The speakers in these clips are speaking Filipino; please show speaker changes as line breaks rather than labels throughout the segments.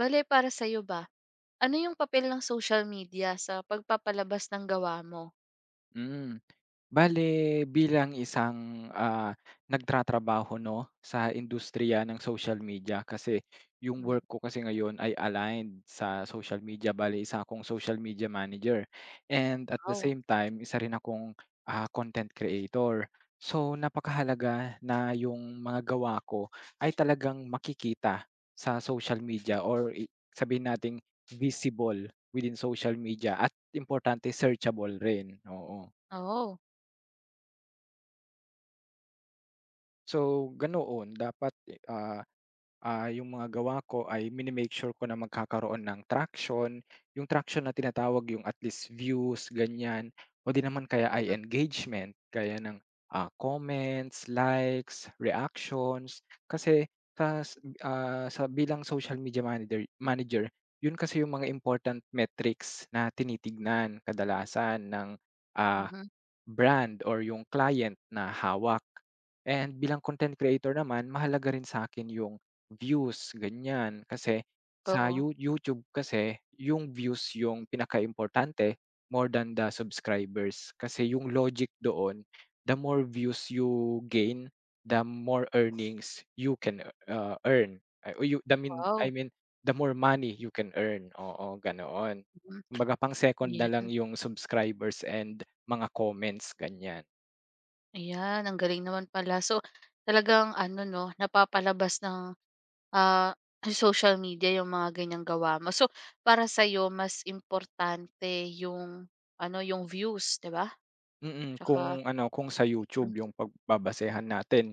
Bale para sa'yo ba, ano yung papel ng social media sa pagpapalabas ng gawa mo?
Mm. Bale bilang isang, nagtratrabaho 'no, sa industriya ng social media kasi yung
Mhm.
work ko kasi ngayon ay aligned sa social media, bale isa akong social media manager and at the
Wow,
same time isa rin akong, content creator. So, napakahalaga na yung mga gawa ko ay talagang makikita sa social media or sabihin nating visible within social media at importante searchable rin, oo.
oo.
So, ganoon dapat, ah, yung mga gawa ko ay mini sure ko na magkakaroon ng traction, yung traction na tinatawag yung at least views ganyan o di naman kaya ay
Mhm,
engagement kaya ng, comments, likes, reactions. Kasi tas sa bilang social media manager manager, yun kasi yung mga important metrics na tinitignan kadalasan ng, ah
mhm.
brand or yung client na hawak. And bilang content creator naman, mahalaga rin sa akin yung views, ganyan. Kasi sa
Oo,
YouTube kasi, yung views yung pinaka importante more than the subscribers. Kasi yung logic doon, the more views you gain, the more earnings you can, earn. Ay, o you the mean I
wow.
mean, the more money you can earn, oo, ganoon.
Mhm,
Kumbaga pang-second na lang
ayan,
yung subscribers and mga comments ganyan.
ayan ang galing naman pala. So, talagang ano 'no, napapalabas ng, ah, social media yung mga ganyang gawa mo. So, para sa'yo mas importante yung ano, yung views 'di ba? Tsaka
Kung ano, kung sa
hmm,
YouTube yung pagbabasehan natin,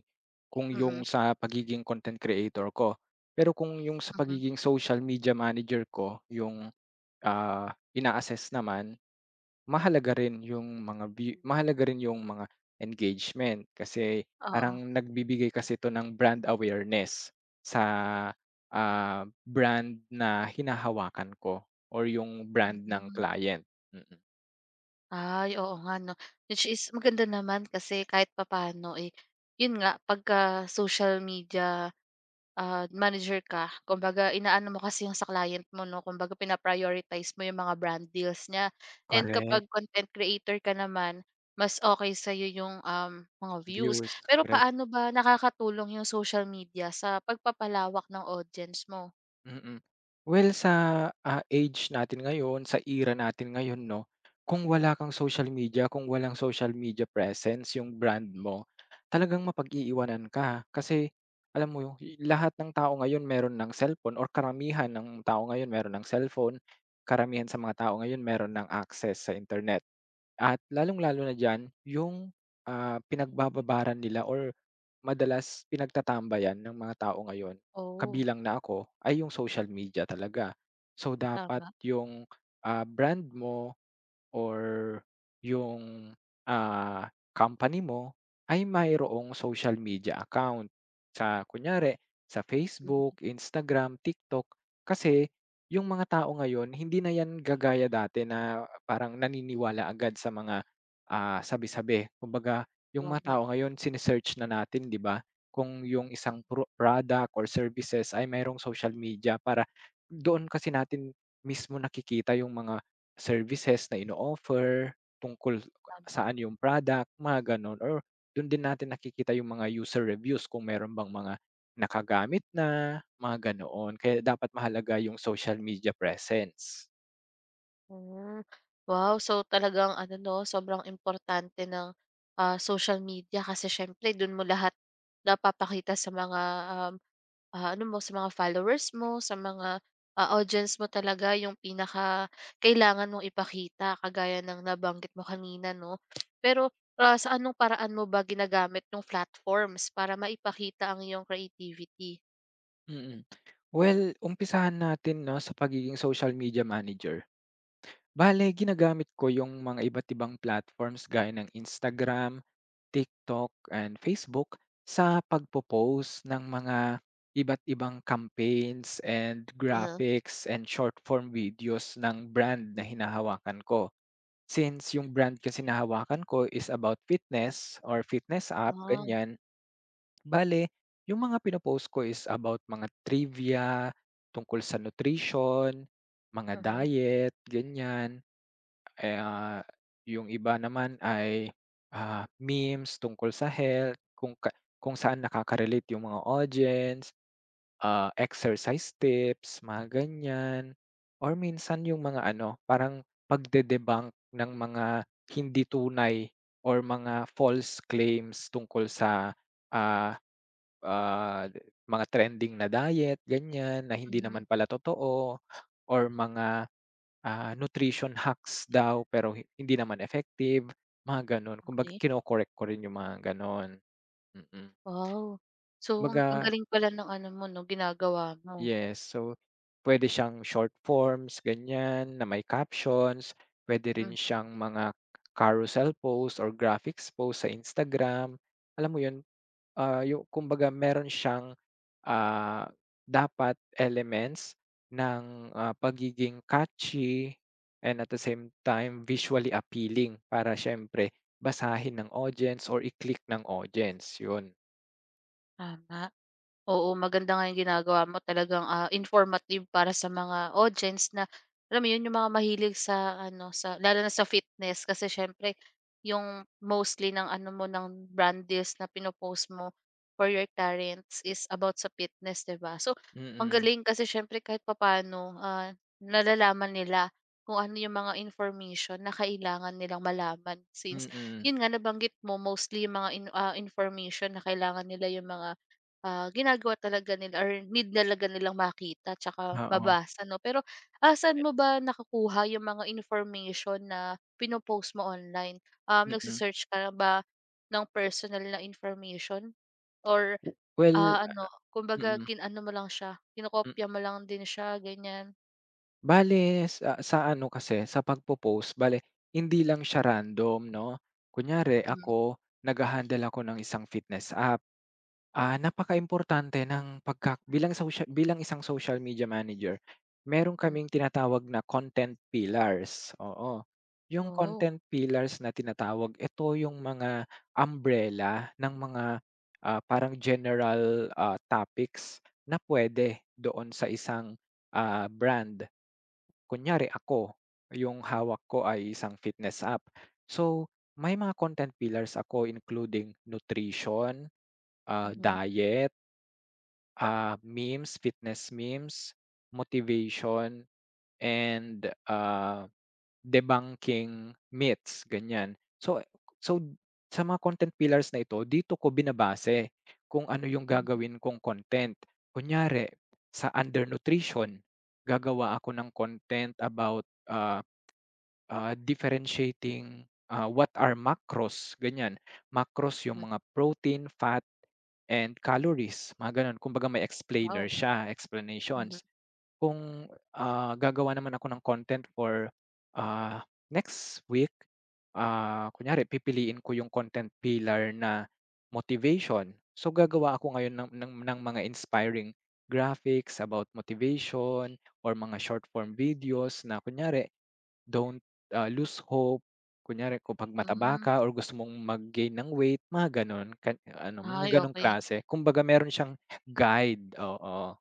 kung yung
mm,
sa pagiging content creator ko. Pero kung yung sa
mhm.
pagiging social media manager ko yung, ah, ina-assess naman, mahalaga rin yung mga view mahalaga rin yung mga engagement kasi
Oo,
parang nagbibigay kasi ito ng brand awareness sa, ah, brand na hinahawakan ko or yung brand ng
mhm.
client. Mm. Mm.
Ay, oo nga 'no. Which is maganda naman kasi kahit papaano, eh, yun nga pagka social media, manager ka kumbaga inaano mo kasi yung sa client mo 'no, kumbaga pina-prioritize mo yung mga brand deals niya. And kapag
Correct.
content creator ka naman, mas okay sa'yo yung, mga views.
Views,
Pero
correct.
paano ba nakakatulong yung social media sa pagpapalawak ng audience mo?
Mm. Well, sa, age natin ngayon, sa era natin ngayon 'no, kung wala kang social media, kung walang social media presence yung brand mo, talagang mapag-iiwanan ka. Kasi alam mo yung lahat ng tao ngayon meron ng cellphone or karamihan ng tao ngayon meron ng cellphone, karamihan sa mga tao ngayon meron ng access sa internet. At lalong-lalo na diyan yung, pinagbababaran nila or madalas pinagtatambayan ng mga tao ngayon,
Oo,
kabilang na ako, ay yung social media talaga. So dapat
tama.
yung, brand mo or yung, company mo ay mayroong social media account. Sa kunyari sa
Mhm,
Facebook, Instagram, TikTok. Kasi yung mga tao ngayon hindi na yan gagaya dati na parang naniniwala agad sa mga, sabi-sabi. Kumbaga yung mga
tama,
tao ngayon na natin 'di ba, kung yung isang product or services ay mayroong social media para doon kasi natin mismo nakikita yung mga services na ino-offer, tungkol
tama.
saan yung product, mga gano'n or do'n din natin nakikita yung mga user reviews kung meron bang mga nakagamit na, mga ganoon. Kaya dapat mahalaga yung social media presence.
Hmm, wow! So, talagang ano 'no, sobrang importante ng, social media kasi siyempre do'n mo lahat napapakita sa mga, um, ano mo, sa mga followers mo, sa mga, audience mo talaga yung pinaka kailangan mong ipakita kagaya ng nabanggit mo kanina 'no. Pero, sa anong paraan mo ba ginagamit yung platforms para maipakita ang iyong creativity?
Mm. Well, umpisahan natin 'no, sa pagiging social media manager. Bale, ginagamit ko yung mga iba't ibang platforms gaya ng Instagram, TikTok, and Facebook sa pagpo-post ng mga iba't ibang campaigns and
Mhm.
graphics and short form videos ng brand na hinahawakan ko. Since yung brand kasi na ko is about fitness or fitness app,
Ah,
ganyan. Bale, yung mga pino ko is about mga trivia tungkol sa nutrition, mga
mhm,
diet, ganyan. Eh, yung iba naman ay, memes tungkol sa health kung kung saan nakaka-relate yung mga audience, exercise tips, mga ganyan. Or minsan yung mga ano, parang pagde-debunk ng mga hindi tunay or mga false claims tungkol sa, ah, ah, mga trending na diet, ganyan, na hindi
mhm,
naman pala totoo or mga nutrition hacks daw pero hindi naman effective, mga gano'n. Kumbaga
okay.
kino-correct ko rin yung mga gano'n. Mm.
Wow! So, ang
Kumbaga
galing pala ng ano mo 'no, ginagawa mo.
yes, so pwede siyang short forms ganyan na may captions, pwede rin
Mhm,
siyang mga carousel posts or graphics posts sa Instagram, alam mo 'yun? Ah, yu kumbaga meron siyang, ah, dapat elements ng, pagiging catchy and at the same time visually appealing para siyempre basahin ng audience or i-click ng audience, yun.
tama. Oo, maganda nga yung ginagawa mo talagang, informative para sa mga audience na alam mo yun, yung mga mahilig sa ano, sa lalo na sa fitness kasi siyempre yung mostly ng ano mo, ng brand deals na pino mo for your clients is about sa fitness, 'di ba? So, ang
Mm,
galing kasi siyempre kahit papaano, nalalaman nila kung ano yung mga information na kailangan nilang malaman since
mm.
yun nga nabanggit mo mostly yung mga information na kailangan nila yung mga ginagawa talaga nila or need talaga nilang makita tsaka
Oo,
mabasa 'no. Pero, saan mo ba nakukuha yung mga information na pino mo online?
mm.
Nagsisearch search ka na ba ng personal na information or,
Well,
ano kumbaga
mm,
kin-ano mo lang siya,
m
kinokopya mo lang din siya ganyan?
bale sa ano kasi sa pagpo-post bale hindi lang siya random 'no. Kunyari
Mhm,
ako nagha-handle ako ng isang fitness app. Napakaimportante ng pagka bilang bilang isang social media manager, meron kaming
hmm.
tinatawag na content pillars, oo. Yung
Oh,
content pillars na tinatawag, ito yung mga umbrella ng mga, parang general, topics na pwede doon sa isang, brand. Kunyari ako, yung hawak ko ay isang fitness app. So, may mga content pillars ako including nutrition,
mhm,
diet, memes, fitness memes, motivation, and, debunking myths, ganyan. So sa mga content pillars na ito, dito ko binabase kung ano yung
mhm,
gagawin kong content. Kunyari, sa undernutrition, gagawa ako ng content about, differentiating, what are macros, ganyan. Macros yung
mhm.
mga protein, fat, and calories, mga gano'n. Kumbaga may
Wow,
explainer siya,
mhm,
explanations. Kung, gagawa naman ako ng content for, ah, next week, kunyari pipiliin ko yung content pillar na motivation. So, gagawa ako ngayon ng mga inspiring graphics about motivation or mga short form videos na kunyari Don't, lose hope. Kunyari kapag mataba
hmm.
ka or gusto mong mag-gain ng weight, mga gano'n. ka ano, mga
Ay,
gano'ng
okay.
klase. Kumbaga meron siyang guide, oo.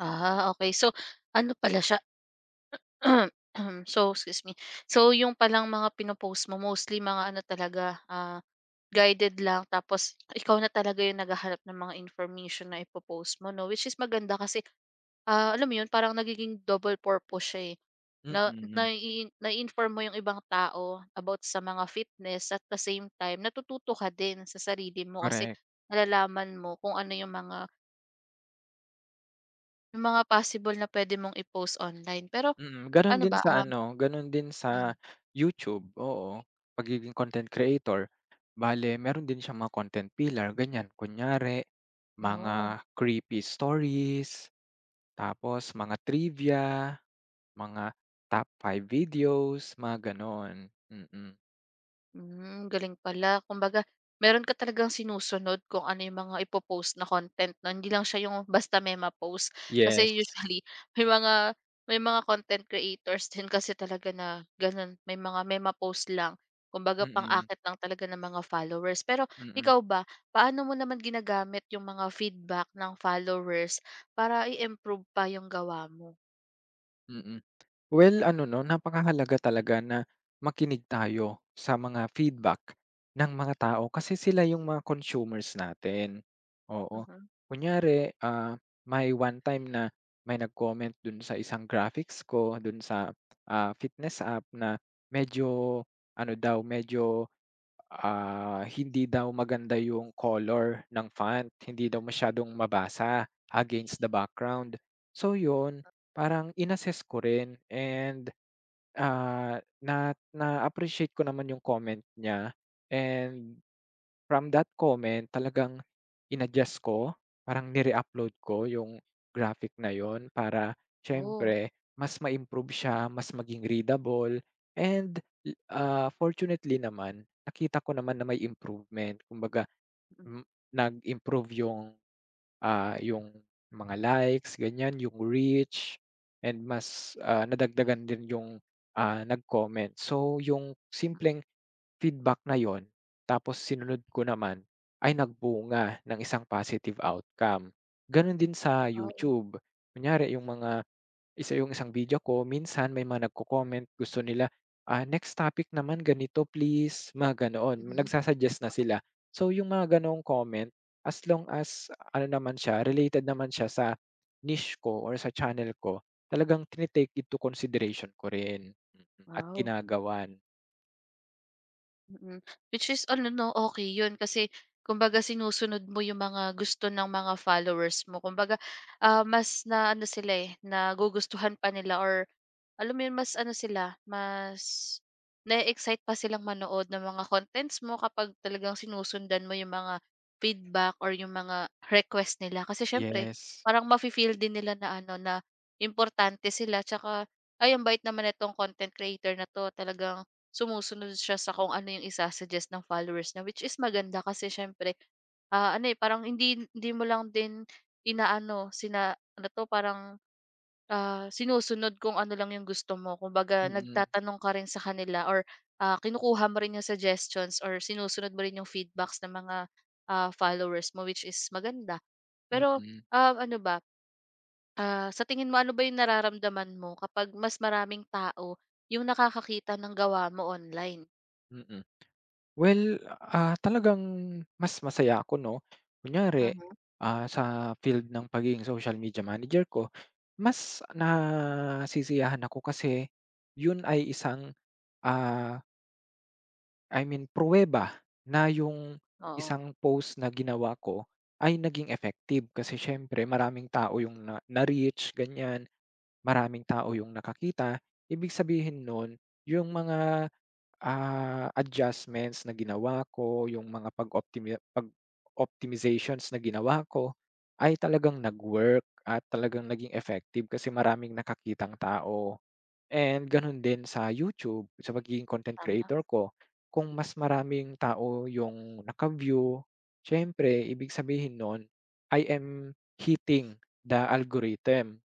Ah, okay. So ano pala siya so, excuse me. So, yung palang mga pino mo mostly mga ano talaga, guided lang tapos ikaw na talaga yung naghahanap ng mga information na ipo mo 'no, which is maganda kasi, alam mo yun parang nagiging double purpose siya, eh. Na
Mm,
na inform mo yung ibang tao about sa mga fitness at the same time natututo ka din sa sarili mo kasi
correct.
nalalaman mo kung ano yung mga possible na pwede mong i-post online. Pero
Gano'n
ano
din
ba,
sa ano, gano'n din sa
hmm,
YouTube, oo. Pagiging content creator, bale meron din siyang mga content pillar, ganyan. Kunyari, mga
oh.
creepy stories, tapos mga trivia, mga top five videos, mga gano'n. Mm. Mm.
Hmm, galing pala. Kumbaga, meron ka talagang sinusunod kung ano yung mga ipopost na content 'no, hindi lang siya yung basta may ma-post. Kasi
Yes,
usually may mga content creators din kasi talaga na gano'n, may ma-post lang. Kumbaga
mm,
pang-akit lang talaga ng mga followers. Pero
mm,
ikaw ba, paano mo naman ginagamit yung mga feedback ng followers para i-improve pa yung gawa mo?
mm. Well, ano 'no, napakahalaga talaga na makinig tayo sa mga feedback ng mga tao kasi sila yung mga consumers natin, oo.
Mhm.
Kunyari, may one time na may nag-comment dun sa isang graphics ko dun sa, fitness app na medyo ano daw, medyo hindi daw maganda yung color ng font, hindi daw masyadong mabasa against the background. So yun, parang in-assess ko rin and, na na-appreciate ko naman yung comment niya and from that comment talagang inadjust ko, parang ni upload ko yung graphic na yun para
Oh,
siyempre mas ma-improve siya, mas maging readable and, fortunately naman nakita ko naman na may improvement. Kumbaga, m nag-improve yung, ah, yung mga likes ganyan, yung reach and mas, nadagdagan din yung, nag-comment. So yung simpleng feedback na yon, tapos sinunod ko naman ay nagbunga ng isang positive outcome. Gano'n din sa
wow.
YouTube, kunyari yung mga isang video ko minsan may mga nagko-comment gusto nila, "Next topic naman ganito please," mga ganoon,
Mhm.
na sila. So yung mga ganoong comment, as long as ano naman siya, related naman siya sa niche ko or sa channel ko, talagang take into consideration ko rin, at
Wow.
ginagawan.
Mm, which is ano 'no, okay yun kasi kumbaga sinusunod mo yung mga gusto ng mga followers mo. Kumbaga, mas na ano sila, eh, nagugustuhan pa nila or alam mo yun, mas ano sila, mas na-e-excite pa silang manood ng mga contents mo kapag talagang sinusundan mo yung mga feedback or yung mga request nila. Kasi siyempre
Yes,
parang mafi-feel din nila na ano, na importante sila tsaka, "Ay, ang bait naman nitong content creator na 'to, talagang sumusunod siya sa kung ano yung isa-suggest ng followers niya, which is maganda kasi siyempre, ano, eh, parang hindi hindi mo lang din inaano, sina ano 'to, parang, sinusunod kung ano lang yung gusto mo. Kumbaga
mm.
nagtatanong ka rin sa kanila or, kinukuha mo rin yung suggestions or sinusunod mo rin yung feedbacks ng mga, followers mo, which is maganda. Pero,
Mm,
ano ba, sa tingin mo ano ba yung nararamdaman mo kapag mas maraming tao yung nakakakita ng gawa mo online?
mm. Well, talagang mas masaya ako 'no, kunyari, sa field ng pagiging social media manager ko, mas nasisiyahan ako kasi yun ay isang, ah, I mean pruweba na yung
Oo,
isang post na ginawa ko ay naging effective. Kasi siyempre maraming tao yung na na-reach ganyan, maraming tao yung nakakita. Ibig sabihin nun yung mga adjustments na ginawa ko, yung mga pag-optimizations na ginawa ko, ay talagang nag-work at talagang naging effective kasi maraming nakakitang tao. And gano'n din sa YouTube, sa pagiging content
tama.
creator ko, kung mas maraming tao yung naka-view, siyempre ibig sabihin no'n, I am hitting the algorithm.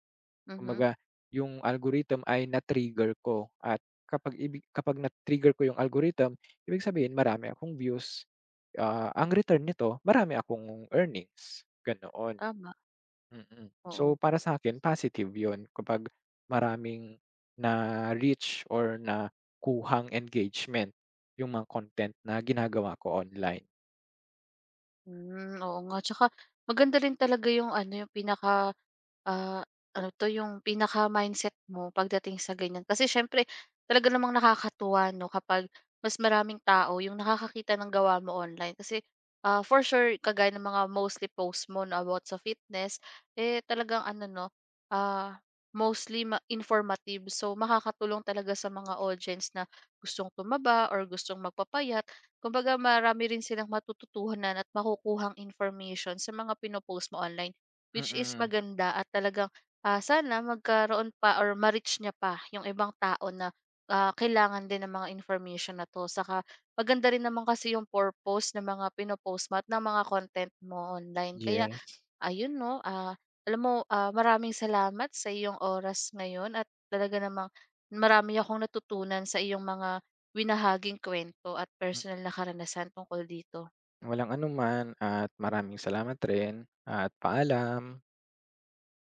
Mhm,
Kumbaga, yung algorithm ay na-trigger ko at kapag na-trigger ko yung algorithm, ibig sabihin marami akong views, ang return nito marami akong earnings, ganoon.
tama,
Mm. So,
oo.
para sa akin positive yun kapag maraming na-reach or na kuhang engagement yung mga content na ginagawa ko online.
Hmm, oo nga. Tsaka maganda rin talaga yung ano, yung pinaka Ah, ano 'to, yung pinaka-mindset mo pagdating sa ganyan. Kasi siyempre talaga namang nakakatuwa 'no, kapag mas maraming tao yung nakakakita ng gawa mo online. Kasi, for sure kagaya ng mga mostly posts mo na about sa fitness, eh, talagang ano 'no, ah, mostly ma informative. So, makakatulong talaga sa mga audience na gustong tumaba or gustong magpapayat. Kumbaga marami rin silang matututuhanan at makukuhang information sa mga pino mo online. Which is
Mm.
maganda at talagang, sana magkaroon pa or ma-reach niya pa yung ibang tao na, kailangan din ng mga information na 'to. Saka maganda rin naman kasi yung purpose ng mga pinopost post mo at ng mga content mo online. Kaya
Yes.
ayun 'no, alam mo, maraming salamat sa iyong oras ngayon at talaga namang marami akong natutunan sa iyong mga binahaging kuwento at
Mm.
personal na karanasan tungkol dito.
Walang anuman at maraming salamat rin at paalam.